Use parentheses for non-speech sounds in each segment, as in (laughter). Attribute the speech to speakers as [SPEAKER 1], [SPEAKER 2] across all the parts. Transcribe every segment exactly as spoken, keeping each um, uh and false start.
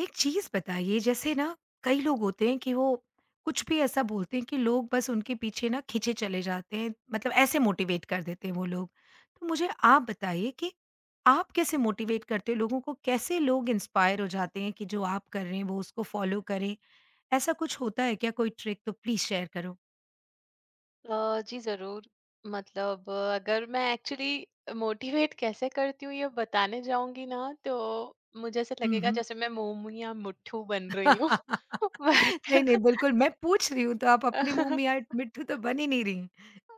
[SPEAKER 1] एक चीज बताइए जैसे ना, कई लोग होते हैं कि वो कुछ भी ऐसा बोलते हैं कि लोग बस उनके पीछे ना खींचे चले जाते हैं, मतलब ऐसे मोटिवेट कर देते हैं वो लोग। तो मुझे आप बताइए कि आप कैसे मोटिवेट करते हो, लोगों को कैसे लोग इंस्पायर हो जाते हैं कि जो आप कर रहे हैं वो उसको फॉलो करें। ऐसा कुछ होता है क्या? कोई ट्रिक तो प्लीज शेयर करो।
[SPEAKER 2] अ, जी ज़रूर। मतलब अ, अगर मैं एक्चुअली मोटिवेट कैसे करती हूँ ये बताने जाऊँगी ना तो मुझे ऐसा लगेगा
[SPEAKER 1] हम्म।
[SPEAKER 2] जैसे मैं मोमू या मुट्ठू बन
[SPEAKER 1] (laughs)
[SPEAKER 2] रही हूँ।
[SPEAKER 1] नहीं नहीं,
[SPEAKER 2] (laughs) बट
[SPEAKER 1] बिल्कुल मैं पूछ रही हूँ, तो आप अपने मुंह में यार मिट्ठू तो बन ही नहीं रही।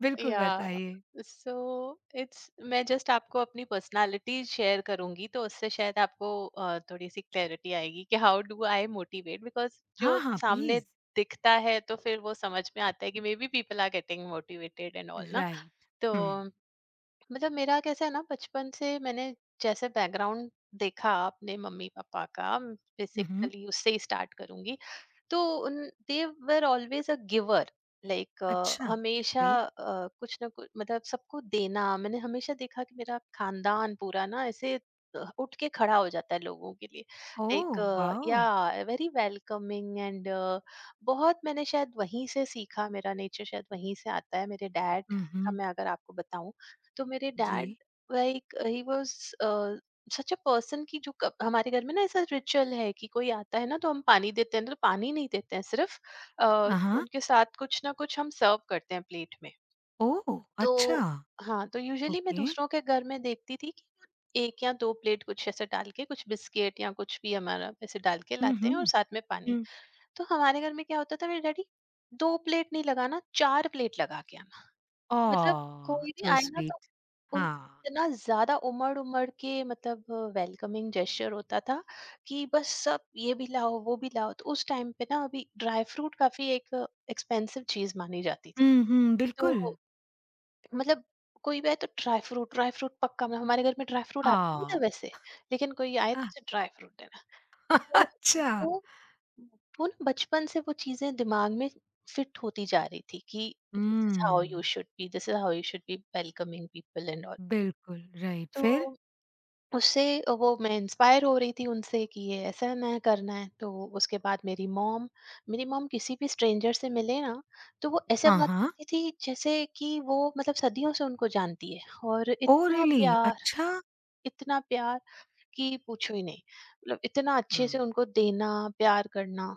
[SPEAKER 1] बिल्कुल
[SPEAKER 2] या
[SPEAKER 1] बताइए।
[SPEAKER 2] सो इट्स मैं जस्ट आपको अपनी पर्सनैलिटी शेयर करूँगी तो उससे शायद आपको अ, थोड़ी-सी क्लैरिटी आएगी कि how do I motivate because जो
[SPEAKER 1] हाँ हाँ,
[SPEAKER 2] सामने
[SPEAKER 1] प्लीज।
[SPEAKER 2] दिखता है तो फिर वो समझ में आता है कि maybe people are getting motivated and all ना।
[SPEAKER 1] राइट।
[SPEAKER 2] तो
[SPEAKER 1] हुँ।
[SPEAKER 2] मतलब मेरा कैसा है ना, बचपन से मैंने जैसे बैकग्राउंड देखा अपने मम्मी पापा का,
[SPEAKER 1] हुँ, हुँ।
[SPEAKER 2] बेसिकली उससे ही स्टार्ट करूंगी। तो they were always a giver, like
[SPEAKER 1] अच्छा।
[SPEAKER 2] हमेशा
[SPEAKER 1] ग्रेट।
[SPEAKER 2] अ, कुछ ना कुछ मतलब सबको देना, मैंने हमेशा देखा कि मेरा खानदान पूरा ना ऐसे अ, उठ के खड़ा हो जाता है लोगों के लिए,
[SPEAKER 1] ओह,
[SPEAKER 2] लाइक या
[SPEAKER 1] वाओ!
[SPEAKER 2] वेरी वेलकमिंग एंड बहुत मैंने शायद वहीं से सीखा, मेरा नेचर शायद वहीं से आता है। मेरे डैड
[SPEAKER 1] हुँ,
[SPEAKER 2] का
[SPEAKER 1] हुँ।
[SPEAKER 2] मैं अगर आपको बताऊं, तो मेरे
[SPEAKER 1] जी।
[SPEAKER 2] Dad like he was such a person की जो कब- हमारे घर में ना ऐसा रिचुअल है कि कोई आता है ना तो हम पानी देते हैं, तो पानी नहीं देते हैं सिर्फ, अ,
[SPEAKER 1] आ हाँ।
[SPEAKER 2] उनके साथ कुछ ना कुछ हम सर्व करते हैं प्लेट में।
[SPEAKER 1] ओह! अच्छा।
[SPEAKER 2] तो हाँ, तो यूजुअली मैं
[SPEAKER 1] ओके।
[SPEAKER 2] दूसरों के घर में देखती थी कि एक या दो प्लेट कुछ ऐसे डाल के, कुछ बिस्किट या कुछ भी हमारा ऐसे डाल के
[SPEAKER 1] हुँ,
[SPEAKER 2] लाते हैं और
[SPEAKER 1] हुँ।
[SPEAKER 2] साथ में पानी।
[SPEAKER 1] हुँ।
[SPEAKER 2] तो हमारे घर में क्या होता था, मेरे डैडी दो प्लेट नहीं लगाना, चार प्लेट लगा के आना। मतलब
[SPEAKER 1] ओह!
[SPEAKER 2] कोई भी
[SPEAKER 1] सो
[SPEAKER 2] आए ना तो
[SPEAKER 1] स्वीट।
[SPEAKER 2] उन
[SPEAKER 1] हाँ।
[SPEAKER 2] इतना ज़्यादा उमड़-उमड़ के मतलब वेलकमिंग जेस्चर होता था कि बस सब ये भी लाओ, वो भी लाओ। तो उस टाइम पे ना अभी ड्राई फ्रूट काफ़ी एक एक्सपेंसिव चीज़ मानी जाती थी।
[SPEAKER 1] हुँ, हुँ, बिल्कुल।
[SPEAKER 2] तो मतलब कोई भी आए तो ड्राई फ्रूट, ड्राई फ्रूट पक्का। मैं हमारे घर में ड्राई फ्रूट आता नहीं था
[SPEAKER 1] ओह!
[SPEAKER 2] वैसे, लेकिन कोई आए
[SPEAKER 1] अ,
[SPEAKER 2] तो उसे ड्राई फ्रूट देना।
[SPEAKER 1] (laughs)
[SPEAKER 2] तो
[SPEAKER 1] अच्छा।
[SPEAKER 2] वो वो ना बचपन से वो चीज़ें दिमाग में फिट होती जा रही थी कि
[SPEAKER 1] हुँ।
[SPEAKER 2] This is how you should be, this is how you should be welcoming people and all.
[SPEAKER 1] बिल्कुल, राइट,
[SPEAKER 2] तो
[SPEAKER 1] फिर?
[SPEAKER 2] उससे वो मैं इंस्पायर हो रही थी उनसे कि ये ऐसा ना करना है। तो उसके बाद मेरी मॉम, मेरी मॉम किसी भी स्ट्रेंजर से मिले ना तो वो ऐसे जी
[SPEAKER 1] हाँ,
[SPEAKER 2] बात
[SPEAKER 1] हाँ।
[SPEAKER 2] करती थी जैसे कि वो मतलब सदियों से उनको जानती है। और
[SPEAKER 1] ओह
[SPEAKER 2] इतना
[SPEAKER 1] रियली!
[SPEAKER 2] प्यार,
[SPEAKER 1] अच्छा।
[SPEAKER 2] इतना प्यार कि पूछो ही नहीं। मतलब इतना अच्छे
[SPEAKER 1] हुँ,
[SPEAKER 2] से उनको देना, प्यार करना,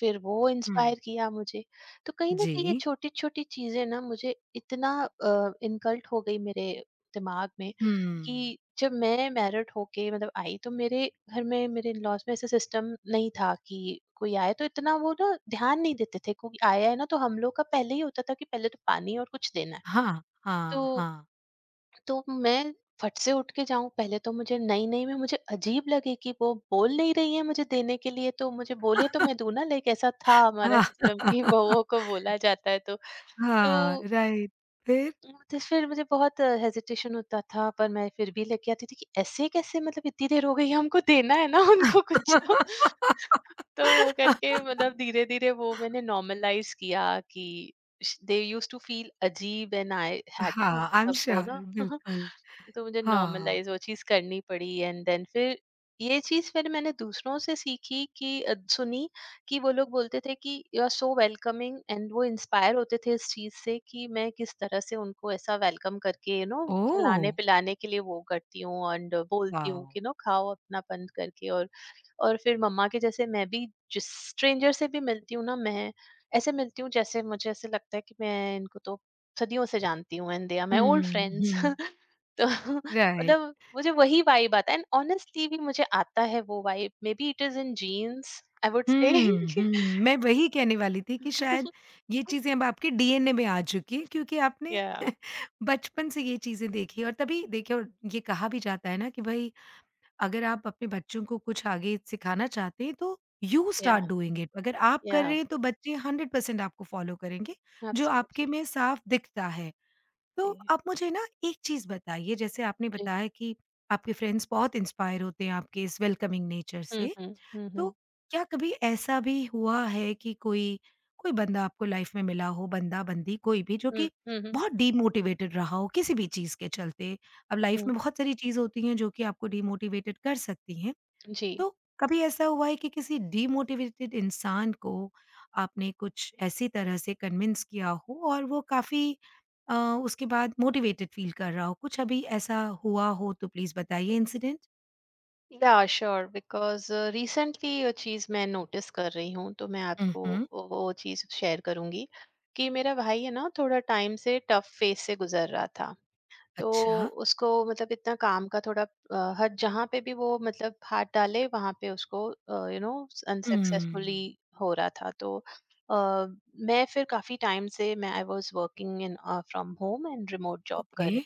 [SPEAKER 2] फिर वो
[SPEAKER 1] हुँ।
[SPEAKER 2] इंस्पायर किया मुझे। तो कहीं न
[SPEAKER 1] जी।
[SPEAKER 2] कहीं ये छोटी-छोटी चीज़ें ना मुझे इतना अ, इनकल्ट हो गई मेरे दिमाग में,
[SPEAKER 1] हुँ।
[SPEAKER 2] कि जब मैं मैरिड होके मतलब आई तो मेरे घर में, मेरे इन-लॉज़ में ऐसा सिस्टम नहीं था कि कोई आए तो इतना वो ना, ध्यान नहीं देते थे। कोई आया है ना तो हम लोग का पहले ही होता था कि पहले तो पानी और कुछ देना है।
[SPEAKER 1] हाँ,
[SPEAKER 2] तो
[SPEAKER 1] हाँ, हाँ।
[SPEAKER 2] तो मैं फट से उठ के जाऊँ, पहले तो मुझे नई-नई में मुझे अजीब लगे कि वो बोल नहीं रही है मुझे देने के लिए, तो मुझे बोले तो मैं दूँ ना, लाइक ऐसा था हमारा
[SPEAKER 1] हाँ।
[SPEAKER 2] सिस्टम कि वोवो
[SPEAKER 1] (laughs)
[SPEAKER 2] को बोला जाता है तो।
[SPEAKER 1] हाँ,
[SPEAKER 2] तो
[SPEAKER 1] राइट। फिर?
[SPEAKER 2] तो फिर मुझे बहुत हेजिटेशन होता था, पर मैं फिर भी लेके आती थी कि ऐसे कैसे, मतलब इतनी देर हो गई है, हमको देना है ना (laughs) उनको कुछ तो।
[SPEAKER 1] (laughs)
[SPEAKER 2] तो वो करके मतलब धीरे-धीरे वो मैंने नॉर्मलाइज़ किया कि श दे यूज्ड टू फील अजीब एंड आई हैड टू
[SPEAKER 1] हाँ, आई एम
[SPEAKER 2] सबको
[SPEAKER 1] श्योर।
[SPEAKER 2] ना (laughs)
[SPEAKER 1] बिल्कुल,
[SPEAKER 2] तो मुझे
[SPEAKER 1] हाँ।
[SPEAKER 2] नॉर्मलाइज़ वो चीज़ करनी पड़ी एंड देन फिर ये चीज़ फिर मैंने दूसरों से सीखी कि अ, सुनी कि वो लोग बोलते थे कि you are so welcoming, and वो इंस्पायर होते थे इस चीज़ से कि मैं किस तरह से उनको ऐसा वेलकम करके, यू नो,
[SPEAKER 1] ओह!
[SPEAKER 2] खिलाने पिलाने के लिए वो करती हूँ एंड बोलती हूँ
[SPEAKER 1] वॉव!
[SPEAKER 2] कि नो खाओ, अपना बंद करके। और और फिर मम्मा के जैसे मैं भी जिस स्ट्रेंजर से भी मिलती हूँ ना, मैं ऐसे मिलती हूँ जैसे मुझे ऐसे लगता है कि मैं इनको तो सदियों से जानती हूँ and they are my old
[SPEAKER 1] हुँ,
[SPEAKER 2] फ्रेंड्स
[SPEAKER 1] हुँ,
[SPEAKER 2] (laughs) तो (laughs)
[SPEAKER 1] राइट।
[SPEAKER 2] मतलब मुझे वही वाइब आता है एंड ऑनेस्टली भी मुझे आता है वो vibe, maybe it is in genes I would say
[SPEAKER 1] हुँ, हुँ, मैं वही कहने वाली थी कि शायद
[SPEAKER 2] (laughs)
[SPEAKER 1] ये चीज़ें अब आपके डीएनए में आ चुकी हैं, क्योंकि आपने
[SPEAKER 2] या
[SPEAKER 1] बचपन से ये चीज़ें देखी और तभी देखिए। और ये कहा भी जाता है ना कि भई अगर आप अपने बच्चों को कुछ आगे सिखाना चाहते हैं तो यू
[SPEAKER 2] या
[SPEAKER 1] स्टार्ट डूइंग इट, अगर आप कर
[SPEAKER 2] या
[SPEAKER 1] रहे हैं तो बच्चे हंड्रेड परसेंट आपको फॉलो करेंगे, जो आपके
[SPEAKER 2] एब्सोल्युटली।
[SPEAKER 1] में साफ दिखता है।
[SPEAKER 2] (laughs) जी।
[SPEAKER 1] तो आप मुझे ना एक चीज़ बताइए, जैसे आपने बताया कि आपके फ्रेंड्स बहुत इंस्पायर होते हैं आपके इस वेलकमिंग नेचर
[SPEAKER 2] हम्म,
[SPEAKER 1] से।
[SPEAKER 2] हम्म, Mm-hmm.
[SPEAKER 1] तो क्या कभी ऐसा भी हुआ है कि कोई कोई बंदा आपको लाइफ में मिला हो, बंदा-बंदी कोई भी, जो
[SPEAKER 2] हम्म,
[SPEAKER 1] कि
[SPEAKER 2] हम्म, हम्म, हम्म,
[SPEAKER 1] बहुत डीमोटिवेटेड रहा हो किसी भी चीज़ के चलते? अब लाइफ
[SPEAKER 2] हम्म,
[SPEAKER 1] में बहुत सारी चीज़ होती हैं जो कि आपको डीमोटिवेटेड कर सकती हैं।
[SPEAKER 2] जी।
[SPEAKER 1] तो कभी ऐसा हुआ है कि किसी डीमोटिवेटेड इंसान को आपने कुछ ऐसी तरह से कन्विंस किया हो और वो काफ़ी अ, उसके बाद मोटिवेटेड फील कर रहा हो? कुछ अभी ऐसा हुआ हो तो प्लीज़ बताइए इंसिडेंट?
[SPEAKER 2] या श्योर, बिकॉज रिसेंटली ये चीज मैं नोटिस कर रही हूँ, तो मैं
[SPEAKER 1] हुँ,
[SPEAKER 2] आपको
[SPEAKER 1] हुँ।
[SPEAKER 2] वो चीज शेयर करूंगी कि मेरा भाई है ना, थोड़ा टाइम से टफ फेस से गुजर रहा था। तो
[SPEAKER 1] अच्छा।
[SPEAKER 2] उसको मतलब इतना काम का थोड़ा अ, हर जहाँ पे भी वो मतलब हाथ डाले वहाँ पे उसको यू नो
[SPEAKER 1] हुँ,
[SPEAKER 2] अनसक्सेसफुली हो रहा था। तो अ, मैं फिर काफी टाइम से मैं I was working in from home and remote job
[SPEAKER 1] okay.
[SPEAKER 2] कर रही।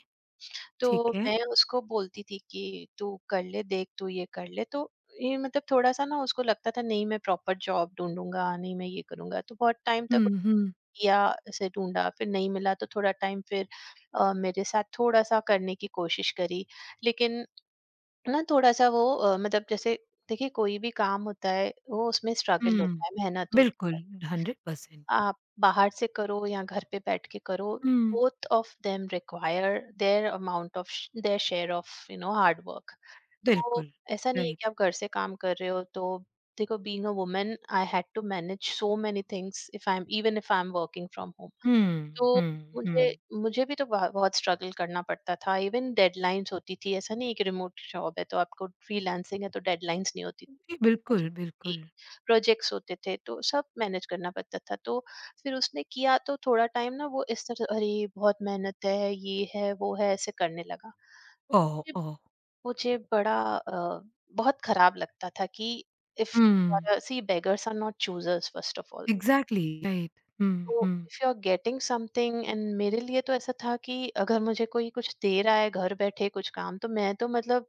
[SPEAKER 2] तो
[SPEAKER 1] ठीक है।
[SPEAKER 2] मैं उसको बोलती थी कि तू कर ले देख, तू ये कर ले। तो ये मतलब थोड़ा सा ना उसको लगता था नहीं मैं प्रॉपर जॉब ढूंढूंगा, नहीं मैं ये करूंगा। तो बहुत टाइम तक
[SPEAKER 1] हुँ, हुँ,
[SPEAKER 2] किया, उसे ढूँढा, फिर नहीं मिला तो थोड़ा टाइम फिर अ, मेरे साथ थोड़ा-सा करने की कोशिश करी। लेकिन ना थोड़ा-सा वो अ, मतलब जैसे देखिए कोई भी काम होता है वो उसमें स्ट्रगल
[SPEAKER 1] हुँ।
[SPEAKER 2] होता है, मेहनत होती
[SPEAKER 1] बिल्कुल,
[SPEAKER 2] है।
[SPEAKER 1] Hundred percent.
[SPEAKER 2] आप बाहर से करो या घर पे बैठ के करो,
[SPEAKER 1] हुँ,
[SPEAKER 2] both of them require their amount of श their share of, you know, hard work. तो
[SPEAKER 1] बिल्कुल,
[SPEAKER 2] ऐसा नहीं है कि
[SPEAKER 1] राइट।
[SPEAKER 2] आप घर से काम कर रहे हो तो, देखो being a woman I had to manage so many things if I am, even if I am working from home. तो
[SPEAKER 1] हुँ, हुँ,
[SPEAKER 2] मुझे
[SPEAKER 1] हुँ।
[SPEAKER 2] मुझे भी तो बह बहुत स्ट्रगल करना पड़ता था, इवन डेडलाइन्स होती थी, ऐसा नहीं है कि रिमोट जॉब है तो आपको, फ्रीलांसिंग है तो डेडलाइन्स नहीं होती
[SPEAKER 1] जी, बिल्कुल,
[SPEAKER 2] थी,
[SPEAKER 1] बिल्कुल।
[SPEAKER 2] प्रोजेक्ट्स होते थे, तो सब मैनेज करना पड़ता था। तो फिर उसने किया, तो थोड़ा टाइम ना वो इस तरह अरे! बहुत मेहनत है, ये है, वो है, ऐसे करने लगा।
[SPEAKER 1] ओह!
[SPEAKER 2] फिर
[SPEAKER 1] ओह!
[SPEAKER 2] मुझे बड़ा अ, बहुत खराब लगता था कि इफ
[SPEAKER 1] हुँ,
[SPEAKER 2] see beggars are not choosers first of all.
[SPEAKER 1] Exactly right. हुँ,
[SPEAKER 2] तो
[SPEAKER 1] हुँ,
[SPEAKER 2] if you are getting something and मेरे लिए तो ऐसा था कि अगर मुझे कोई कुछ दे रहा है घर बैठे कुछ काम, तो मैं तो मतलब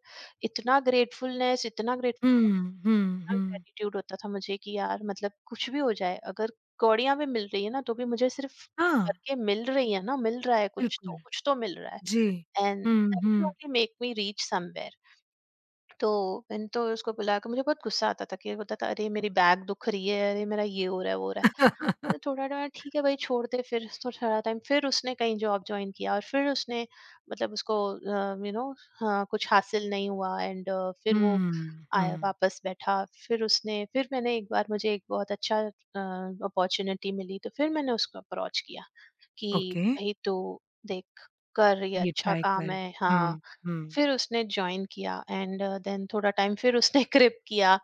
[SPEAKER 2] इतना ग्रेटफुलनेस, इतना ग्रेटफुलनेस
[SPEAKER 1] हुँ,
[SPEAKER 2] होती थी,
[SPEAKER 1] हुँ,
[SPEAKER 2] इतना
[SPEAKER 1] हुँ।
[SPEAKER 2] ग्रेटिट्यूड होता था मुझे कि यार मतलब कुछ भी हो जाए, अगर कौड़ियां भी मिल रही है ना तो भी मुझे, सिर्फ
[SPEAKER 1] हाँ,
[SPEAKER 2] करके मिल रही है ना, मिल रहा है कुछ
[SPEAKER 1] बिल्कुल।
[SPEAKER 2] तो, कुछ तो मिल रहा है
[SPEAKER 1] जी।
[SPEAKER 2] एंड
[SPEAKER 1] हुँ,
[SPEAKER 2] दैट
[SPEAKER 1] हुँ।
[SPEAKER 2] Will only make me reach somewhere. तो मैंने तो उसको बुला के, मुझे बहुत गुस्सा आता था कि बोलता था अरे मेरी बैग दुख रही है, अरे मेरा ये हो रहा है वो हो रहा है।
[SPEAKER 1] हुँ, हुँ।
[SPEAKER 2] तो
[SPEAKER 1] (laughs)
[SPEAKER 2] थोड़ा ना, ठीक है भाई छोड़ दे। फिर तो थोड़ा टाइम फिर उसने कहीं जॉब ज्वाइन किया और फिर उसने मतलब उसको यू नो हाँ कुछ हासिल नहीं हुआ। एंड फिर वो आया वापस बैठा, फिर उसने फिर मैंने एक बार, मुझे एक बहुत अच्छा अपॉर्चुनिटी मिली तो फिर मैंने उसको अप्रोच किया कि
[SPEAKER 1] ओके,
[SPEAKER 2] भाई तू देख, कर ये
[SPEAKER 1] ये
[SPEAKER 2] अच्छा
[SPEAKER 1] ट्राई
[SPEAKER 2] काम
[SPEAKER 1] कर।
[SPEAKER 2] है,
[SPEAKER 1] हुँ,
[SPEAKER 2] हाँ।
[SPEAKER 1] हुँ।
[SPEAKER 2] फिर उसने जॉइन किया एंड देन थोड़ा टाइम फिर उसने (laughs) क्रिप किया।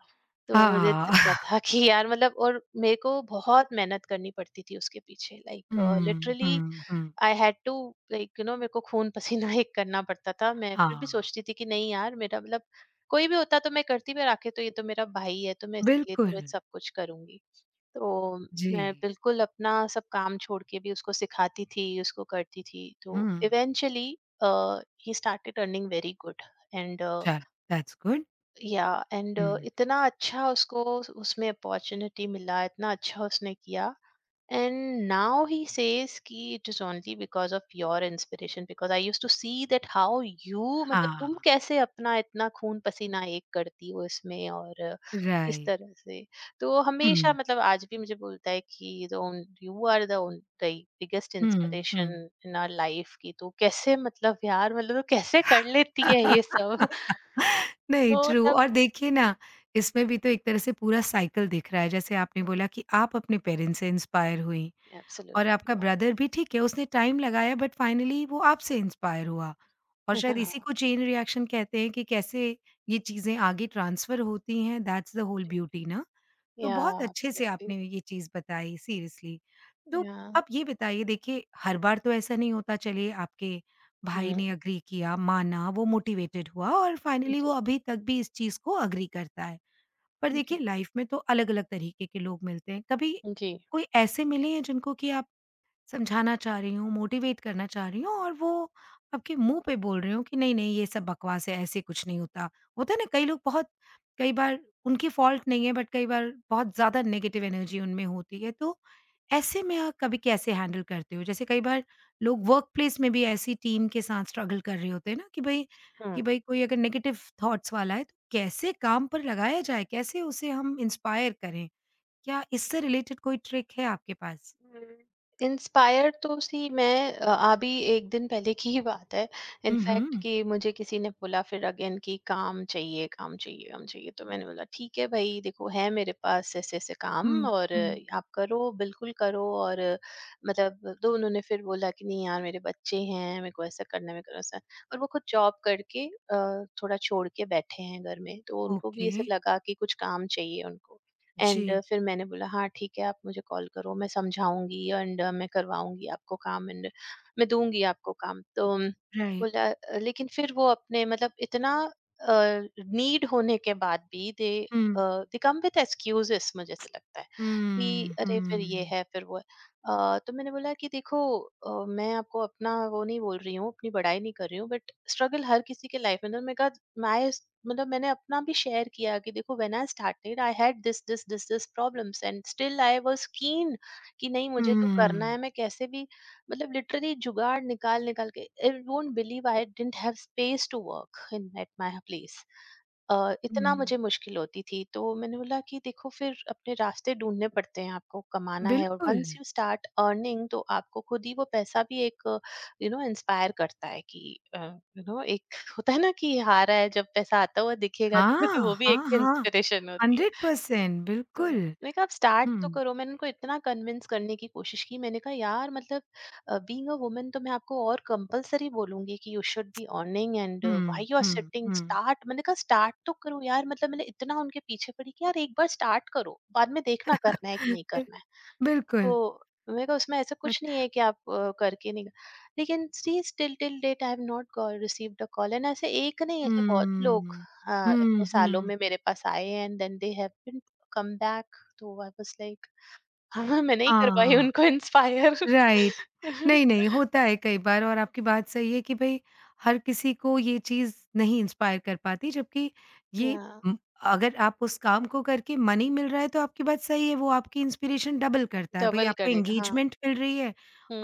[SPEAKER 2] तो मुझे
[SPEAKER 1] हाँ।
[SPEAKER 2] लगता
[SPEAKER 1] (laughs)
[SPEAKER 2] था कि यार मतलब, और मेरे को बहुत मेहनत करनी पड़ती थी उसके पीछे, लाइक
[SPEAKER 1] हुँ,
[SPEAKER 2] लिटरली
[SPEAKER 1] हुँ, हुँ।
[SPEAKER 2] I had to like you know मेरे को खून (laughs) पसीना एक करना पड़ता था। मैं फिर भी
[SPEAKER 1] हाँ,
[SPEAKER 2] सोचती थी कि नहीं यार मेरा मतलब कोई भी होता तो मैं करती, पर आखिर तो ये तो मेरा भाई है, तो मैं इसके लिए तो
[SPEAKER 1] बिल्कुल।
[SPEAKER 2] मैं सब कुछ करूँगी। तो
[SPEAKER 1] जी।
[SPEAKER 2] मैं बिल्कुल अपना सब काम छोड़ के भी उसको सिखाती थी, उसको करती थी। तो
[SPEAKER 1] Hmm.
[SPEAKER 2] Eventually he started earning very good and
[SPEAKER 1] चल। That's good.
[SPEAKER 2] या एंड
[SPEAKER 1] हुँ।
[SPEAKER 2] इतना अच्छा उसको उस- उसमें अपॉर्चुनिटी मिला, इतना अच्छा उसने किया। And now he says कि it is only because of your inspiration because I used to see that how you मतलब
[SPEAKER 1] हाँ,
[SPEAKER 2] तुम कैसे अपना इतना खून पसीना एक करती हो इसमें और इस
[SPEAKER 1] राइट।
[SPEAKER 2] तरह से। तो हमेशा
[SPEAKER 1] हुँ,
[SPEAKER 2] मतलब आज भी मुझे बोलता है कि यू आर द बिगेस्ट
[SPEAKER 1] हुँ,
[SPEAKER 2] इंस्पिरेशन
[SPEAKER 1] हुँ।
[SPEAKER 2] इन आवर लाइफ, की तू कैसे मतलब यार मतलब तू कैसे कर लेती है ये
[SPEAKER 1] (laughs)
[SPEAKER 2] सब। (laughs)
[SPEAKER 1] नहीं,
[SPEAKER 2] तो
[SPEAKER 1] ट्रू।
[SPEAKER 2] तब
[SPEAKER 1] और देखिए ना, इसमें भी तो एक तरह से पूरा साइकिल दिख रहा है। जैसे आपने बोला कि आप अपने पेरेंट्स से इंस्पायर हुईं, और
[SPEAKER 2] एब्सोल्युटली,
[SPEAKER 1] आपका
[SPEAKER 2] या
[SPEAKER 1] ब्रदर भी, ठीक है उसने टाइम लगाया, बट फाइनली वो आपसे इंस्पायर हुआ। और शायद इसी को चेन रिएक्शन कहते हैं कि कैसे ये चीज़ें आगे ट्रांसफ़र होती हैं, दैट्स द होल ब्यूटी ना? तो
[SPEAKER 2] या
[SPEAKER 1] बहुत अच्छे से
[SPEAKER 2] एब्सोल्युटली
[SPEAKER 1] आपने ये चीज़ बताई सीरियसली। तो
[SPEAKER 2] या।
[SPEAKER 1] आप ये बताइए, देखिए हर बार तो ऐसा नहीं होता। चलिए आपके भाई ने
[SPEAKER 2] (laughs)
[SPEAKER 1] एग्री किया, माना, वो मोटिवेटेड हुआ और फाइनली वो अभी तक भी इस चीज़ को एग्री करता है। पर
[SPEAKER 2] जी,
[SPEAKER 1] देखिए
[SPEAKER 2] जी,
[SPEAKER 1] लाइफ में तो अलग-अलग तरीके के लोग मिलते हैं। कभी
[SPEAKER 2] जी।
[SPEAKER 1] कोई ऐसे मिले हैं जिनको कि आप समझाना चाह रही हूँ, मोटिवेट करना चाह रही हूँ, और वो आपके मुँह पे बोल रही हूँ कि नहीं-नहीं ये सब बकवास है, ऐसे कुछ नहीं होता। होता है ना, कई लोग बहुत कई बार, उनकी फ़ॉल्ट नहीं है, बट कई बार बहुत ज़्यादा नेगेटिव एनर्जी उनमें होती है। तो ऐसे में आप कभी कैसे हैंडल करते हो? जैसे कई बार लोग वर्क प्लेस में भी ऐसी टीम के साथ स्ट्रगल कर रहे होते हैं ना, कि भई
[SPEAKER 2] हुँ।
[SPEAKER 1] कि भई कोई अगर नेगेटिव थॉट्स वाला है तो कैसे काम पर लगाया जाए? कैसे उसे हम इंस्पायर करें? क्या इससे रिलेटेड कोई ट्रिक है आपके पास?
[SPEAKER 2] हुँ। इंस्पायर तो सी, मैं अ, अभी एक दिन पहले की ही बात है।
[SPEAKER 1] हुँ,
[SPEAKER 2] इनफैक्ट
[SPEAKER 1] हुँ।
[SPEAKER 2] कि मुझे किसी ने बोला फिर अगेन कि काम चाहिए, काम चाहिए, काम चाहिए। तो मैंने बोला ठीक है भई, देखो है मेरे पास ऐसे-ऐसे काम,
[SPEAKER 1] हुँ,
[SPEAKER 2] और
[SPEAKER 1] हुँ,
[SPEAKER 2] आप करो, बिल्कुल करो। और मतलब तो उन्होंने फिर बोला कि नहीं यार मेरे बच्चे हैं, मेरे को ऐसा करना है, मेरे को वैसा। और वो खुद जॉब करके अ, थोड़ा छोड़ के बैठे हैं घर में, तो उनको भी
[SPEAKER 1] ओके,
[SPEAKER 2] ऐसे लगा कि कुछ काम चाहिए उनको। एंड
[SPEAKER 1] जी,
[SPEAKER 2] uh, फिर मैंने बोला हाँ ठीक है, आप मुझे कॉल करो मैं समझाऊंगी एंड uh, मैं करवाऊंगी आपको काम एंड मैं दूंगी आपको काम तो um,
[SPEAKER 1] राइट,
[SPEAKER 2] बोला "अ, लेकिन फिर वो अपने मतलब इतना नीड होने के बाद भी दे
[SPEAKER 1] हुँ,
[SPEAKER 2] दे कम विद एक्सक्यूजेस मुझे ऐसा लगता है कि
[SPEAKER 1] हुँ,
[SPEAKER 2] अरे फिर ये
[SPEAKER 1] हुँ,
[SPEAKER 2] है फिर वो। अ, तो मैंने बोला कि देखो अ, मैं आपको अपना वो नहीं बोल रही हूँ, अपनी बड़ाई नहीं कर रही हूँ बट स्ट्रगल हर किसी के लाइफ में ना। मैंने कहा मैं मतलब मैंने अपना भी शेयर किया कि देखो when I started I had this this this this problems and still I was keen कि नहीं
[SPEAKER 1] हुँ,
[SPEAKER 2] मुझे तो करना है मैं कैसे भी। मतलब लिटरली जुगाड़ निकाल निकाल के I don't believe I didn't have space to work in at my place. अ, इतना
[SPEAKER 1] हुँ,
[SPEAKER 2] मुझे मुश्किल होती थी तो मैंने बोला कि देखो फिर अपने रास्ते ढूंढने पड़ते हैं आपको कमाना है और
[SPEAKER 1] बिल्कुल,
[SPEAKER 2] वंस यू स्टार्ट अर्निंग तो आपको खुद ही वो पैसा भी एक यू नो इंस्पायर करता है कि यू नो एक होता है ना कि हारा है जब पैसा आता हुआ दिखेगा तो खुद वो
[SPEAKER 1] हाँ,
[SPEAKER 2] भी
[SPEAKER 1] हाँ,
[SPEAKER 2] एक
[SPEAKER 1] हाँ,
[SPEAKER 2] इंस्पिरेशन होती है।
[SPEAKER 1] हंड्रेड परसेंट
[SPEAKER 2] तो
[SPEAKER 1] बिल्कुल,
[SPEAKER 2] मैंने कहा आप स्टार्ट तो
[SPEAKER 1] हुँ,
[SPEAKER 2] करो मैंने उनको इतना कन्विंस करने की कोशिश की। मैंने कहा यार मतलब बीइंग अ वुमन तो मैं आपको और कंपलसरी बोलूंगी कि you should be earning and why
[SPEAKER 1] हुँ,
[SPEAKER 2] यू आर
[SPEAKER 1] हुँ,
[SPEAKER 2] सिटिंग
[SPEAKER 1] हुँ,
[SPEAKER 2] स्टार्ट। मैंने कहा स्टार्ट तो करो यार मतलब मैंने इतना उनके पीछे पड़ी कि यार एक बार स्टार्ट करो बाद में देखना करना है कि नहीं
[SPEAKER 1] (laughs)
[SPEAKER 2] करना है। तो
[SPEAKER 1] बिल्कुल,
[SPEAKER 2] मेरे को उसमें ऐसा कुछ नहीं है
[SPEAKER 1] बट
[SPEAKER 2] कि आप अ, करके नहीं। लेकिन see still till date I have not received a call and ऐसे एक नहीं ऐसे बहुत लोग
[SPEAKER 1] हुँ,
[SPEAKER 2] हाँ
[SPEAKER 1] हुँ,
[SPEAKER 2] इतने सालों
[SPEAKER 1] हुँ,
[SPEAKER 2] में मेरे पास आए and then they have been come back. तो आई वाज लाइक हाँ मैं नहीं कर पाई
[SPEAKER 1] हाँ।
[SPEAKER 2] उनको इंस्पायर।
[SPEAKER 1] राइट। नहीं, नहीं, होता है कई बार, और आपकी बात सही है कि भई हर किसी को ये चीज़ नहीं इंस्पायर कर पाती, जबकि ये
[SPEAKER 2] हाँ
[SPEAKER 1] उम, अगर आप उस काम को करके मनी मिल रहा है तो आपकी बात सही है, वो आपकी इंस्पिरेशन डबल करता है। भई
[SPEAKER 2] डबल (laughs)
[SPEAKER 1] आपको
[SPEAKER 2] करने का हाँ।
[SPEAKER 1] एंगेजमेंट मिल रही है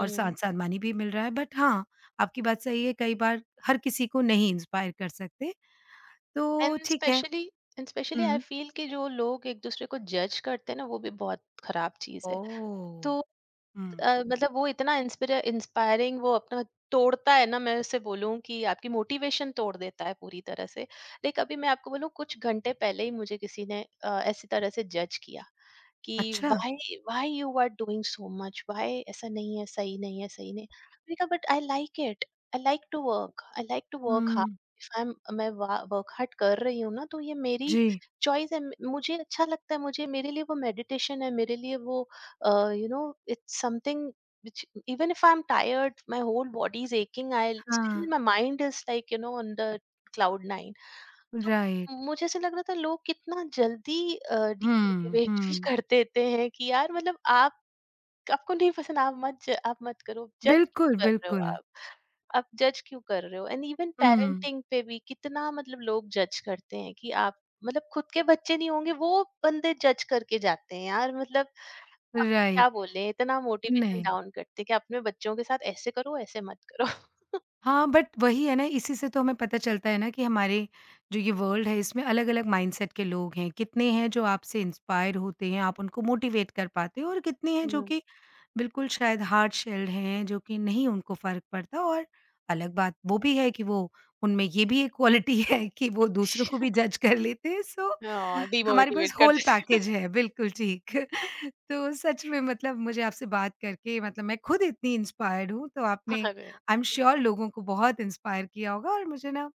[SPEAKER 1] और साथ-साथ मनी भी मिल रहा है। बट हाँ, आपकी बात सही है, कई बार हर किसी को नहीं इंस्पायर कर सकते, तो
[SPEAKER 2] एंड
[SPEAKER 1] ठीक है।
[SPEAKER 2] स्पेशली एंड स्पेशली आई
[SPEAKER 1] हुँ।
[SPEAKER 2] फील कि जो लोग एक दूसरे को जज करते हैं ना वो भी बहुत खराब चीज है।
[SPEAKER 1] ओह!
[SPEAKER 2] तो
[SPEAKER 1] हुँ।
[SPEAKER 2] अ, मतलब वो इतना इंस्पिर इंस्पायरिंग वो अपना तोड़ता है ना। मैं उसे बोलूँ कि आपकी मोटिवेशन तोड़ देता है पूरी तरह से। लाइक अभी मैं आपको बोलूँ कुछ घंटे पहले ही मुझे किसी ने अ, ऐसी तरह से जज किया कि
[SPEAKER 1] अच्छा।
[SPEAKER 2] Why why you are doing so much? Why ऐसा नहीं है, सही नहीं है, सही नहीं है। मैंने कहा but I like it. I like to work. I like to work hard.
[SPEAKER 1] हुँ।
[SPEAKER 2] इफ आई एम मैं वा वर्क हार्ड कर रही हूँ ना तो ये मेरी
[SPEAKER 1] जी।
[SPEAKER 2] चॉइस है। मुझे अच्छा लगता है, मुझे मेरे लिए वो मेडिटेशन है, मेरे लिए वो uh, you know it's something which even if I'm tired, my whole body is aching, I still,
[SPEAKER 1] हाँ,
[SPEAKER 2] my mind is like, you know, on the cloud nine. तो
[SPEAKER 1] राइट।
[SPEAKER 2] मुझे ऐसा लग रहा था लोग कितना जल्दी
[SPEAKER 1] हुँ,
[SPEAKER 2] डिमोटिवेट भी (laughs)
[SPEAKER 1] हुँ।
[SPEAKER 2] कर देते हैं कि यार मतलब आप आपको नहीं पसंद आप मत ज- आप मत करो। जज
[SPEAKER 1] बिल्कुल,
[SPEAKER 2] क्यों कर रहे हो
[SPEAKER 1] बिल्कुल।
[SPEAKER 2] आप आप जज क्यों कर रहे हो? एंड इवन
[SPEAKER 1] हुँ,
[SPEAKER 2] पेरेंटिंग पे भी कितना मतलब लोग जज करते हैं कि आप मतलब खुद के बच्चे नहीं होंगे वो बंदे जज करके जाते हैं यार मतलब आप
[SPEAKER 1] राइट,
[SPEAKER 2] क्या बोले, इतना मोटिवेशन
[SPEAKER 1] नहीं।
[SPEAKER 2] डाउन करते कि अपने बच्चों के साथ ऐसे करो, ऐसे मत करो।
[SPEAKER 1] हाँ, बट वही है ना, इसी से तो हमें पता चलता है ना कि हमारे जो ये वर्ल्ड है, इसमें अलग-अलग माइंडसेट के लोग हैं। कितने हैं जो आपसे इंस्पायर होते हैं, आप उनको मोटिवेट कर पाते हो, और कितने हैं जो
[SPEAKER 2] हुँ।
[SPEAKER 1] कि बिल्कुल शायद हार्ड शेल्ड हैं, जो कि नहीं उनको फ़र्क पड़ता, और अलग बात वो भी है कि वो उनमें ये भी एक क्वालिटी (laughs) है कि वो दूसरों को भी
[SPEAKER 2] (laughs)
[SPEAKER 1] जज कर लेते हैं, सो
[SPEAKER 2] हाँ,
[SPEAKER 1] हमारे पास
[SPEAKER 2] डीमोटिवेट
[SPEAKER 1] होल
[SPEAKER 2] करते थे।
[SPEAKER 1] पैकेज है, बिल्कुल ठीक।
[SPEAKER 2] (laughs)
[SPEAKER 1] (laughs) तो सच में, मतलब मुझे आपसे बात करके, मतलब मैं खुद इतनी इंस्पायर्ड हूँ तो आपने,
[SPEAKER 2] अरे!
[SPEAKER 1] आई एम
[SPEAKER 2] हुँ,
[SPEAKER 1] श्योर, लोगों को बहुत इंस्पायर किया होगा। और मुझे ना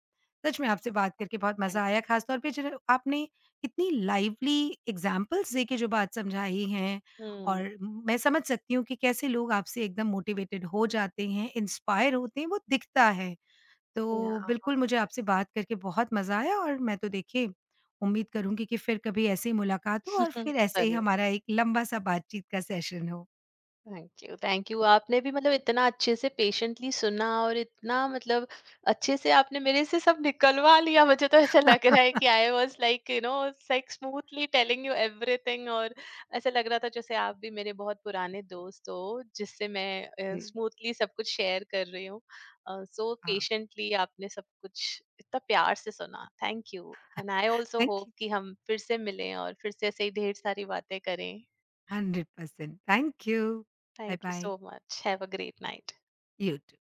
[SPEAKER 1] सच में आपसे बात करके बहुत मज़ा आया,
[SPEAKER 2] थैंक्स।
[SPEAKER 1] ख़ास तौर पे जो आपने इतनी लाइवली एग्ज़ाम्पल्स देके जो बात समझाई हैं,
[SPEAKER 2] हुँ,
[SPEAKER 1] और मैं समझ सकती हूँ कि कैसे लोग आपसे एकदम मोटिवेटेड हो जाते हैं, इंस्पायर होते हैं, वो दिखता है। तो
[SPEAKER 2] याह!
[SPEAKER 1] बिल्कुल मुझे आपसे बात करके बहुत मज़ा आया, और मैं तो देखिए उम्मीद करूँगी कि फिर कभी ऐसे ही मुलाकात हो और
[SPEAKER 2] ज़रूर।
[SPEAKER 1] फिर ऐसे ही
[SPEAKER 2] (laughs)
[SPEAKER 1] हमारा एक लंबा-सा बातचीत का सेशन हो।
[SPEAKER 2] थैंक यू थैंक यू आपने भी मतलब इतना अच्छे से पेशेंटली सुना और इतना मतलब अच्छे से आपने मेरे से सब निकलवा लिया। मुझे तो ऐसा लग रहा है कि
[SPEAKER 1] (laughs)
[SPEAKER 2] I was like you know like smoothly telling you everything. और ऐसा लग रहा था जैसे आप भी मेरे बहुत पुराने दोस्त हो जिससे मैं
[SPEAKER 1] जी,
[SPEAKER 2] स्मूथली सब कुछ शेयर कर रही हूँ। सो
[SPEAKER 1] हाँ,
[SPEAKER 2] पेशेंटली आपने सब कुछ इतना प्यार से सुना thank you and I also
[SPEAKER 1] thank
[SPEAKER 2] hope
[SPEAKER 1] you.
[SPEAKER 2] कि हम फिर से मिलें और फिर से ऐसे ही ढेर सारी बातें करें।
[SPEAKER 1] Hundred percent thank you.
[SPEAKER 2] Thank you
[SPEAKER 1] bye bye.
[SPEAKER 2] so much. Have a great night.
[SPEAKER 1] You